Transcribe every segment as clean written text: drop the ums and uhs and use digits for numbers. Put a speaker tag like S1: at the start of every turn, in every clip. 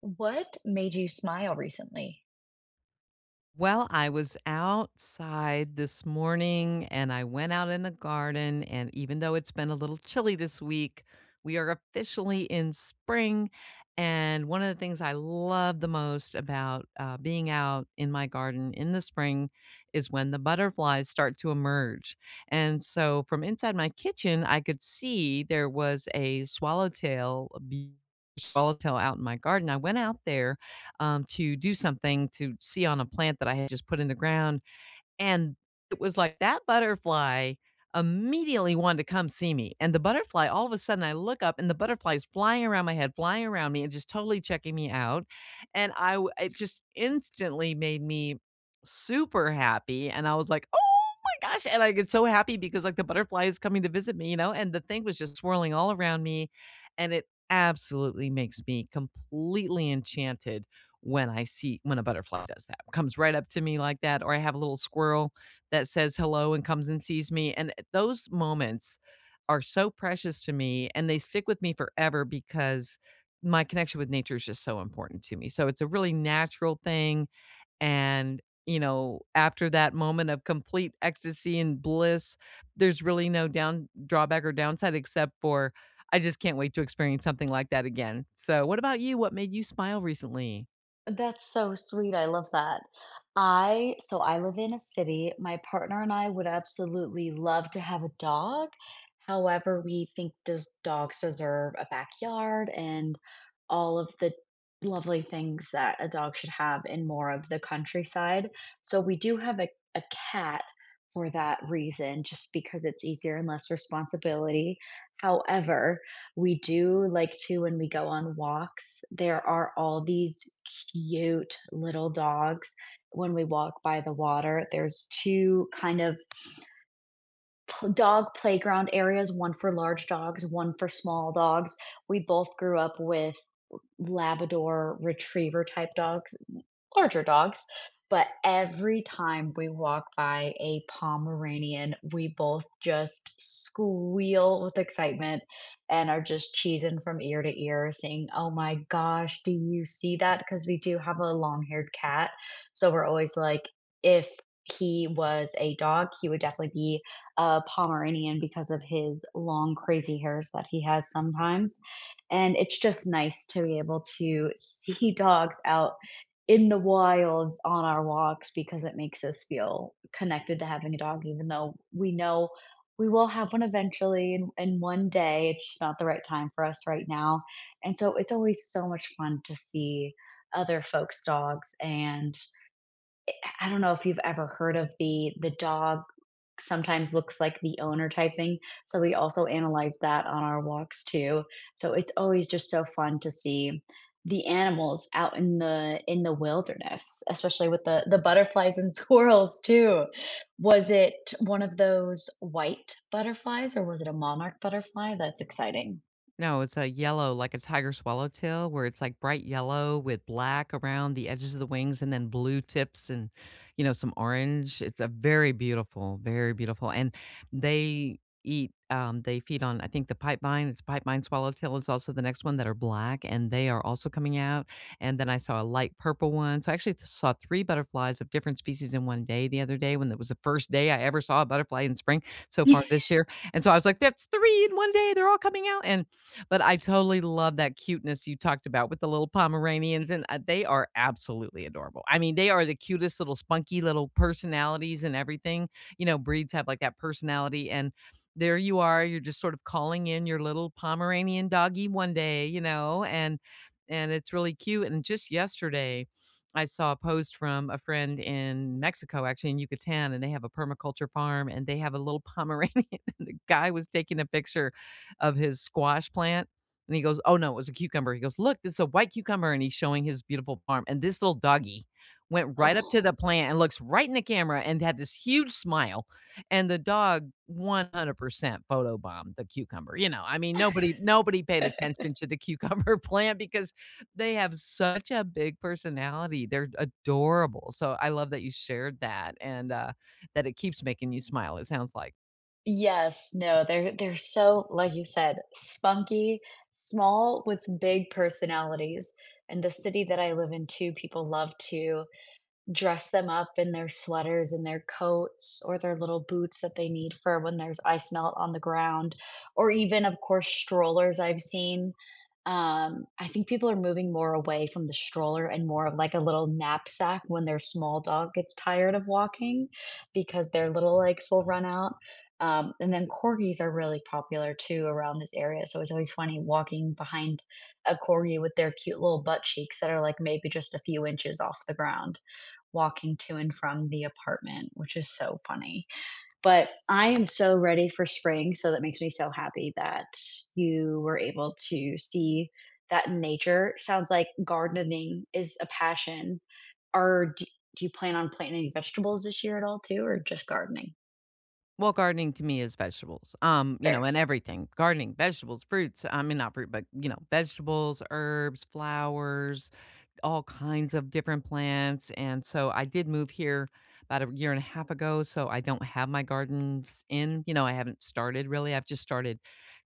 S1: What made you smile recently?
S2: Well, I was outside this morning and I went out in the garden. And even though it's been a little chilly this week, we are officially in spring. And one of the things I love the most about being out in my garden in the spring is when the butterflies start to emerge. And so from inside my kitchen, I could see there was a swallowtail, a swallowtail out in my garden. I went out there to do something to see on a plant that I had just put in the ground. And it was like that butterfly immediately wanted to come see me. And the butterfly, all of a sudden, I look up and the butterfly is flying around my head, flying around me, and just totally checking me out. And it just instantly made me super happy. And I was like, oh my gosh. And I get so happy because like the butterfly is coming to visit me, you know, and the thing was just swirling all around me. And it absolutely makes me completely enchanted when I see when a butterfly does that, comes right up to me like that, or I have a little squirrel that says hello and comes and sees me, and those moments are so precious to me, and they stick with me forever because my connection with nature is just so important to me, so it's a really natural thing, and, you know, after that moment of complete ecstasy and bliss, there's really no down drawback or downside except for I just can't wait to experience something like that again, so what about you? What made you smile recently?
S1: That's so sweet. I love that. I so I live in a city. My partner and I would absolutely love to have a dog. However, we think those dogs deserve a backyard and all of the lovely things that a dog should have in more of the countryside. So we do have a cat for that reason, just because it's easier and less responsibility. However, we do like to when we go on walks there are all these cute little dogs when we walk by the water there's two kind of dog playground areas, one for large dogs, one for small dogs. We both grew up with Labrador retriever type dogs, larger dogs. But every time we walk by a Pomeranian, we both just squeal with excitement and are just cheesing from ear to ear, saying, "Oh my gosh, do you see that?" Because we do have a long haired cat. So we're always like, if he was a dog, he would definitely be a Pomeranian because of his long, crazy hairs that he has sometimes, and it's just nice to be able to see dogs out in the wild on our walks because it makes us feel connected to having a dog, even though we know we will have one eventually and one day. It's just not the right time for us right now. And so it's always so much fun to see other folks' dogs. And I don't know if you've ever heard of the dog sometimes looks like the owner type thing. So we also analyze that on our walks too. So it's always just so fun to see the animals out in the wilderness, especially with the butterflies and squirrels too. Was it one of those white butterflies or was it a monarch butterfly? That's exciting.
S2: No, it's a yellow, like a tiger swallowtail, where it's like bright yellow with black around the edges of the wings and then blue tips and, you know, some orange. It's a very beautiful, very beautiful. And they eat, they feed on, I think the pipevine, it's pipevine swallowtail is also the next one that are black and they are also coming out. And then I saw a light purple one. So I actually saw 3 butterflies of different species in one day the other day when it was the first day I ever saw a butterfly in spring so far this year. And so I was like, that's 3 in one day. They're all coming out. And but I totally love that cuteness you talked about with the little Pomeranians, and, they are absolutely adorable. I mean, they are the cutest little spunky little personalities and everything. You know, breeds have, like, that personality, and there you are, you're just sort of calling in your little Pomeranian doggy one day, you know, and it's really cute, and just yesterday, I saw a post from a friend in Mexico, actually in Yucatan, and they have a permaculture farm, and they have a little Pomeranian guy was taking a picture of his squash plant and he goes, "Oh, no, it was a cucumber." He goes, "Look, this is a white cucumber," and he's showing his beautiful farm, and this little doggy went right up to
S1: Oh.
S2: the plant and looks right in the camera and had this huge smile, and the dog 100% photobombed the cucumber, you know, I mean, nobody paid attention to the cucumber plant because they have such a big personality, they're adorable, so I love that you shared that and, that it keeps making you smile, it sounds like.
S1: Yes, no, they're so, like you said, spunky, small with big personalities. And the city that I live in too, people love to dress them up in their sweaters and their coats or their little boots that they need for when there's ice melt on the ground, or even, of course, strollers I've seen. I think people are moving more away from the stroller and more of like a little knapsack when their small dog gets tired of walking because their little legs will run out. And then corgis are really popular too around this area. So it's always funny walking behind a corgi with their cute little butt cheeks that are like maybe just a few inches off the ground walking to and from the apartment, which is so funny. But I am so ready for spring. So that makes me so happy that you were able to see that in nature. Sounds like gardening is a passion. Are do, do you plan on planting any vegetables this year at all too, or just gardening?
S2: Well, gardening to me is vegetables, you know,
S1: Fair.
S2: and everything. Gardening, vegetables, fruits, I mean, not fruit, but, you know, vegetables, herbs, flowers, all kinds of different plants, and so I did move here about a year and a half ago, so I don't have my gardens in, you know, I haven't started really, I've just started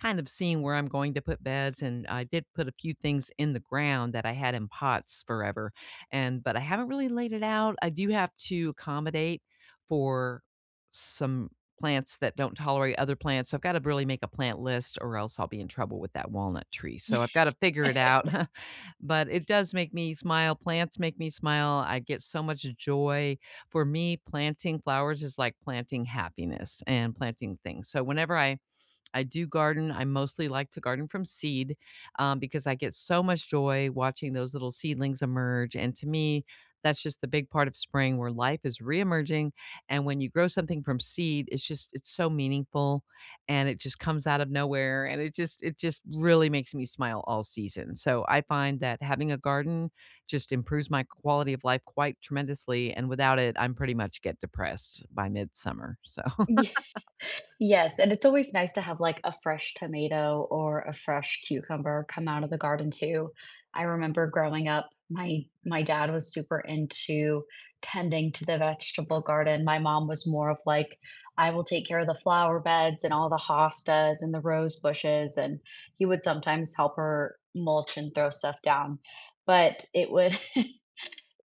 S2: kind of seeing where I'm going to put beds, and I did put a few things in the ground that I had in pots forever, and but I haven't really laid it out. I do have to accommodate for some plants that don't tolerate other plants, so I've gotta really make a plant list or else I'll be in trouble with that walnut tree, so I've gotta figure it out. But it does make me smile. Plants make me smile. I get so much joy. For me, planting flowers is like planting happiness and planting things. So whenever I do garden. I mostly like to garden from seed because I get so much joy watching those little seedlings emerge. And to me, that's just the big part of spring where life is reemerging. And when you grow something from seed, it's just, it's so meaningful and it just comes out of nowhere. And it just really makes me smile all season. So I find that having a garden just improves my quality of life quite tremendously. And without it, I'm pretty much get depressed by midsummer. So.
S1: Yes, and it's always nice to have, like, a fresh tomato or a fresh cucumber come out of the garden too. I remember growing up, my dad was super into tending to the vegetable garden. My mom was more of like, "I will take care of the flower beds and all the hostas and the rose bushes," and he would sometimes help her mulch and throw stuff down, but it would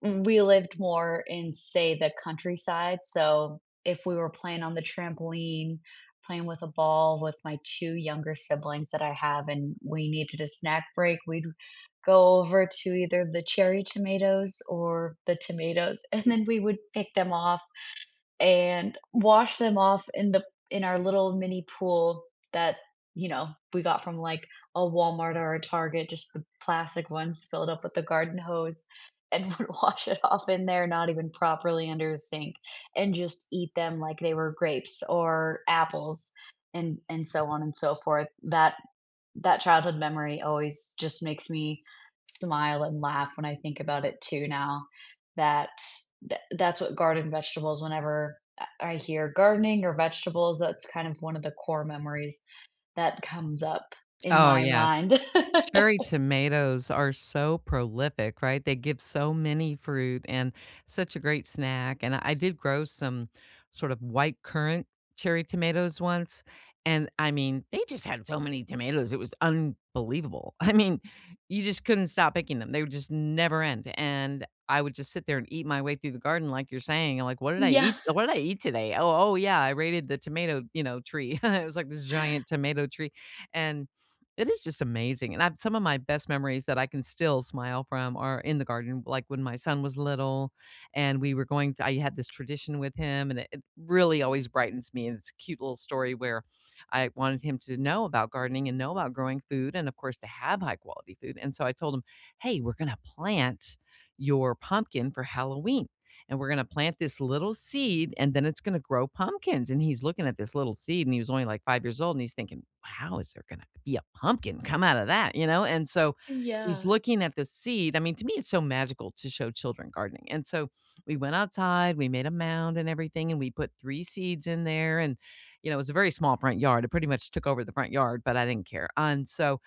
S1: we lived more in, say, the countryside, so if we were playing on the trampoline, playing with a ball with my 2 younger siblings that I have, and we needed a snack break, we'd go over to either the cherry tomatoes or the tomatoes, and then we would pick them off and wash them off in the in our little mini pool that, you know, we got from, like, a Walmart or a Target, just the plastic ones filled up with the garden hose, and would wash it off in there, not even properly under a sink, and just eat them like they were grapes or apples and so on and so forth. That childhood memory always just makes me smile and laugh when I think about it too now. That that's what garden vegetables, whenever I hear gardening or vegetables, that's kind of one of the core memories that comes up in
S2: Oh,
S1: my
S2: yeah,
S1: mind.
S2: cherry tomatoes are so prolific, right? They give so many fruit and such a great snack. And I did grow some sort of white currant cherry tomatoes once. And I mean, they just had so many tomatoes. It was unbelievable. I mean, you just couldn't stop picking them. They would just never end. And I would just sit there and eat my way through the garden, like you're saying. I'm like, what did I
S1: Yeah.
S2: eat? What did I eat today? Oh, oh yeah, I raided the tomato, you know, tree. It was like this giant tomato tree. And it is just amazing, and I've some of my best memories that I can still smile from are in the garden, like when my son was little and we were going to I had this tradition with him, and it really always brightens me, and it's a cute little story where I wanted him to know about gardening and know about growing food and, of course, to have high quality food, and so I told him, "Hey, we're gonna plant your pumpkin for Halloween." And we're going to plant this little seed and then it's going to grow pumpkins. And he's looking at this little seed and he was only like 5 years old and he's thinking, how is there going to be a pumpkin come out of that? You know? And so he's
S1: Yeah.
S2: looking at the seed. I mean, to me, it's so magical to show children gardening. And so we went outside, we made a mound and everything, and we put 3 seeds in there. And, you know, it was a very small front yard. It pretty much took over the front yard, but I didn't care. And so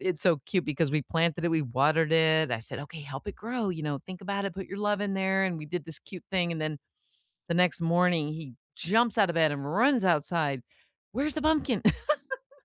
S2: it's so cute because we planted it, we watered it. I said, "Okay, help it grow, you know, think about it, put your love in there," and we did this cute thing, and then the next morning, he jumps out of bed and runs outside, "Where's the pumpkin?"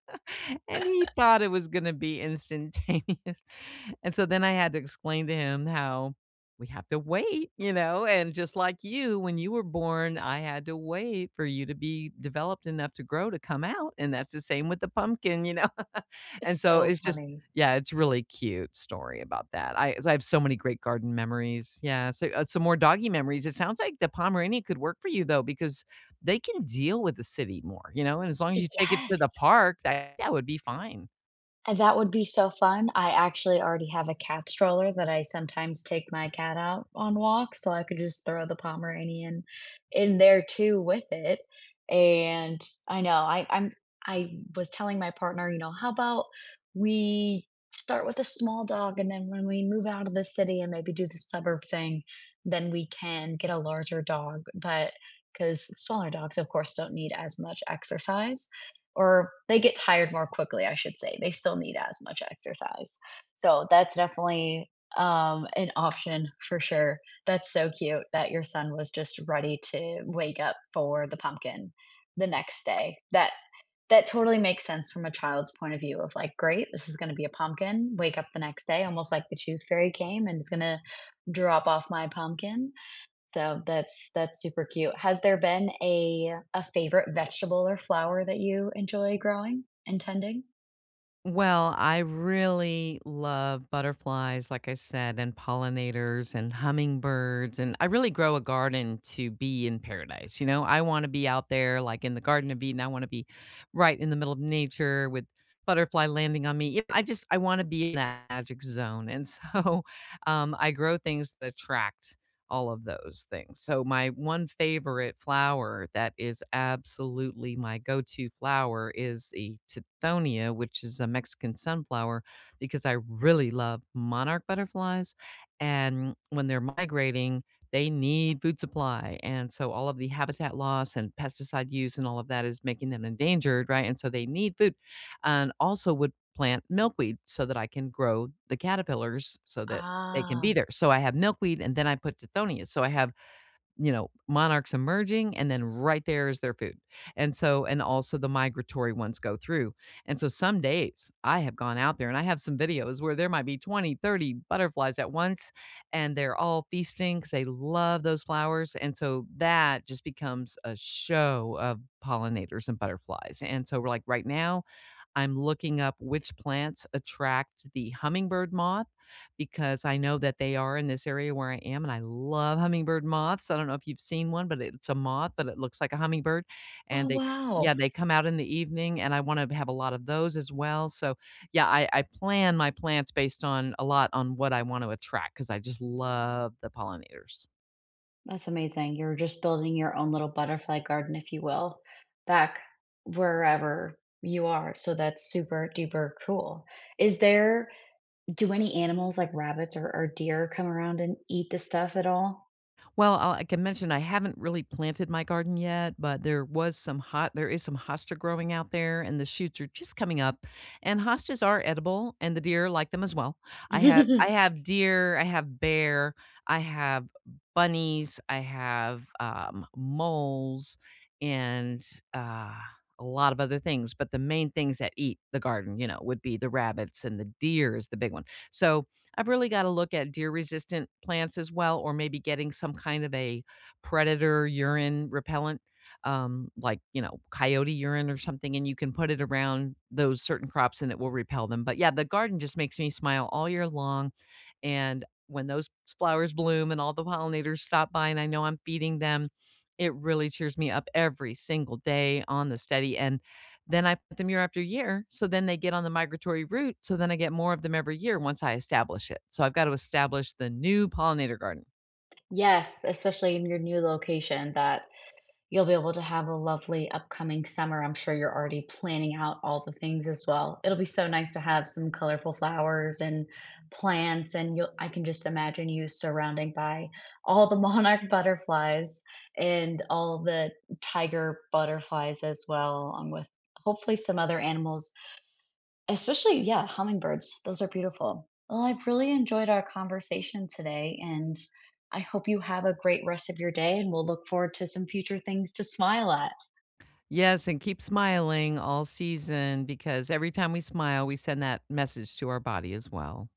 S2: And he thought it was gonna be instantaneous. And so then I had to explain to him how we have to wait, you know, and just like you, when you were born, I had to wait for you to be developed enough to grow to come out, and that's the same with the pumpkin, you know? And
S1: It's
S2: so
S1: so
S2: it's just
S1: funny.
S2: yeah, it's really cute story about that. I so I have so many great garden memories. Yeah, so, some more doggy memories. It sounds like the Pomeranian could work for you though because they can deal with the city more, you know, and as long as you take it to
S1: Yes.
S2: the park, that would be fine.
S1: And that would be so fun. I actually already have a cat stroller that I sometimes take my cat out on walks, so I could just throw the Pomeranian in there too with it. And I know I was telling my partner, you know, how about we start with a small dog and then when we move out of the city and maybe do the suburb thing, then we can get a larger dog. But because smaller dogs, of course, don't need as much exercise, or they get tired more quickly, I should say. They still need as much exercise. So that's definitely an option for sure. That's so cute that your son was just ready to wake up for the pumpkin the next day. That totally makes sense from a child's point of view of like, great, this is going to be a pumpkin. Wake up the next day, almost like the tooth fairy came and is going to drop off my pumpkin. So that's super cute. Has there been a favorite vegetable or flower that you enjoy growing and tending?
S2: Well, I really love butterflies, like I said, and pollinators and hummingbirds. And I really grow a garden to be in paradise. You know, I want to be out there, like in the Garden of Eden. I want to be right in the middle of nature with butterfly landing on me. You know, I want to be in that magic zone. And so I grow things that attract all of those things. So my one favorite flower that is absolutely my go-to flower is the Tithonia, which is a Mexican sunflower, because I really love monarch butterflies. And when they're migrating, they need food supply. And so all of the habitat loss and pesticide use and all of that is making them endangered, right? And so they need food. And also would plant milkweed so that I can grow the caterpillars so that they can
S1: Ah.
S2: be there. So I have milkweed and then I put Tithonia. So I have, you know, monarchs emerging and then right there is their food. And so and also the migratory ones go through. And so some days I have gone out there and I have some videos where there might be 20, 30 butterflies at once and they're all feasting because they love those flowers. And so that just becomes a show of pollinators and butterflies. And so we're like right now I'm looking up which plants attract the hummingbird moth because I know that they are in this area where I am, and I love hummingbird moths. I don't know if you've seen one, but it's a moth, but it looks like a hummingbird,
S1: Oh,
S2: and they c yeah,
S1: wow.
S2: they come out in the evening, and I wanna have a lot of those as well, so, yeah, I plan my plants based on a lot on what I want to attract because I just love the pollinators.
S1: That's amazing. You're just building your own little butterfly garden, if you will, back wherever you are. So that's super duper cool. Is there, do any animals like rabbits or deer come around and eat the stuff at all?
S2: Well, I can mention I haven't really planted my garden yet, but there is some hosta growing out there, and the shoots are just coming up, and hostas are edible, and the deer like them as well. I have I have deer, I have bear, I have bunnies, I have, moles, and, uh, a lot of other things, but the main things that eat the garden, you know, would be the rabbits and the deer is the big one. So I've really gotta look at deer resistant plants as well, or maybe getting some kind of a predator urine repellent, like, you know, coyote urine or something, and you can put it around those certain crops and it will repel them. But yeah, the garden just makes me smile all year long, and when those flowers bloom and all the pollinators stop by and I know I'm feeding them, it really cheers me up every single day on the steady, and then I put them year after year, so then they get on the migratory route, so then I get more of them every year once I establish it. So I've got to establish the new pollinator garden.
S1: Yes, especially in your new location that you'll be able to have a lovely upcoming summer. I'm sure you're already planning out all the things as well. It'll be so nice to have some colorful flowers and plants, and you'll I can just imagine you surrounding by all the monarch butterflies and all the tiger butterflies as well, along with hopefully some other animals. Especially, yeah, hummingbirds. Those are beautiful. Well, I've really enjoyed our conversation today, and I hope you have a great rest of your day, and we'll look forward to some future things to smile at.
S2: Yes, and keep smiling all season because every time we smile, we send that message to our body as well.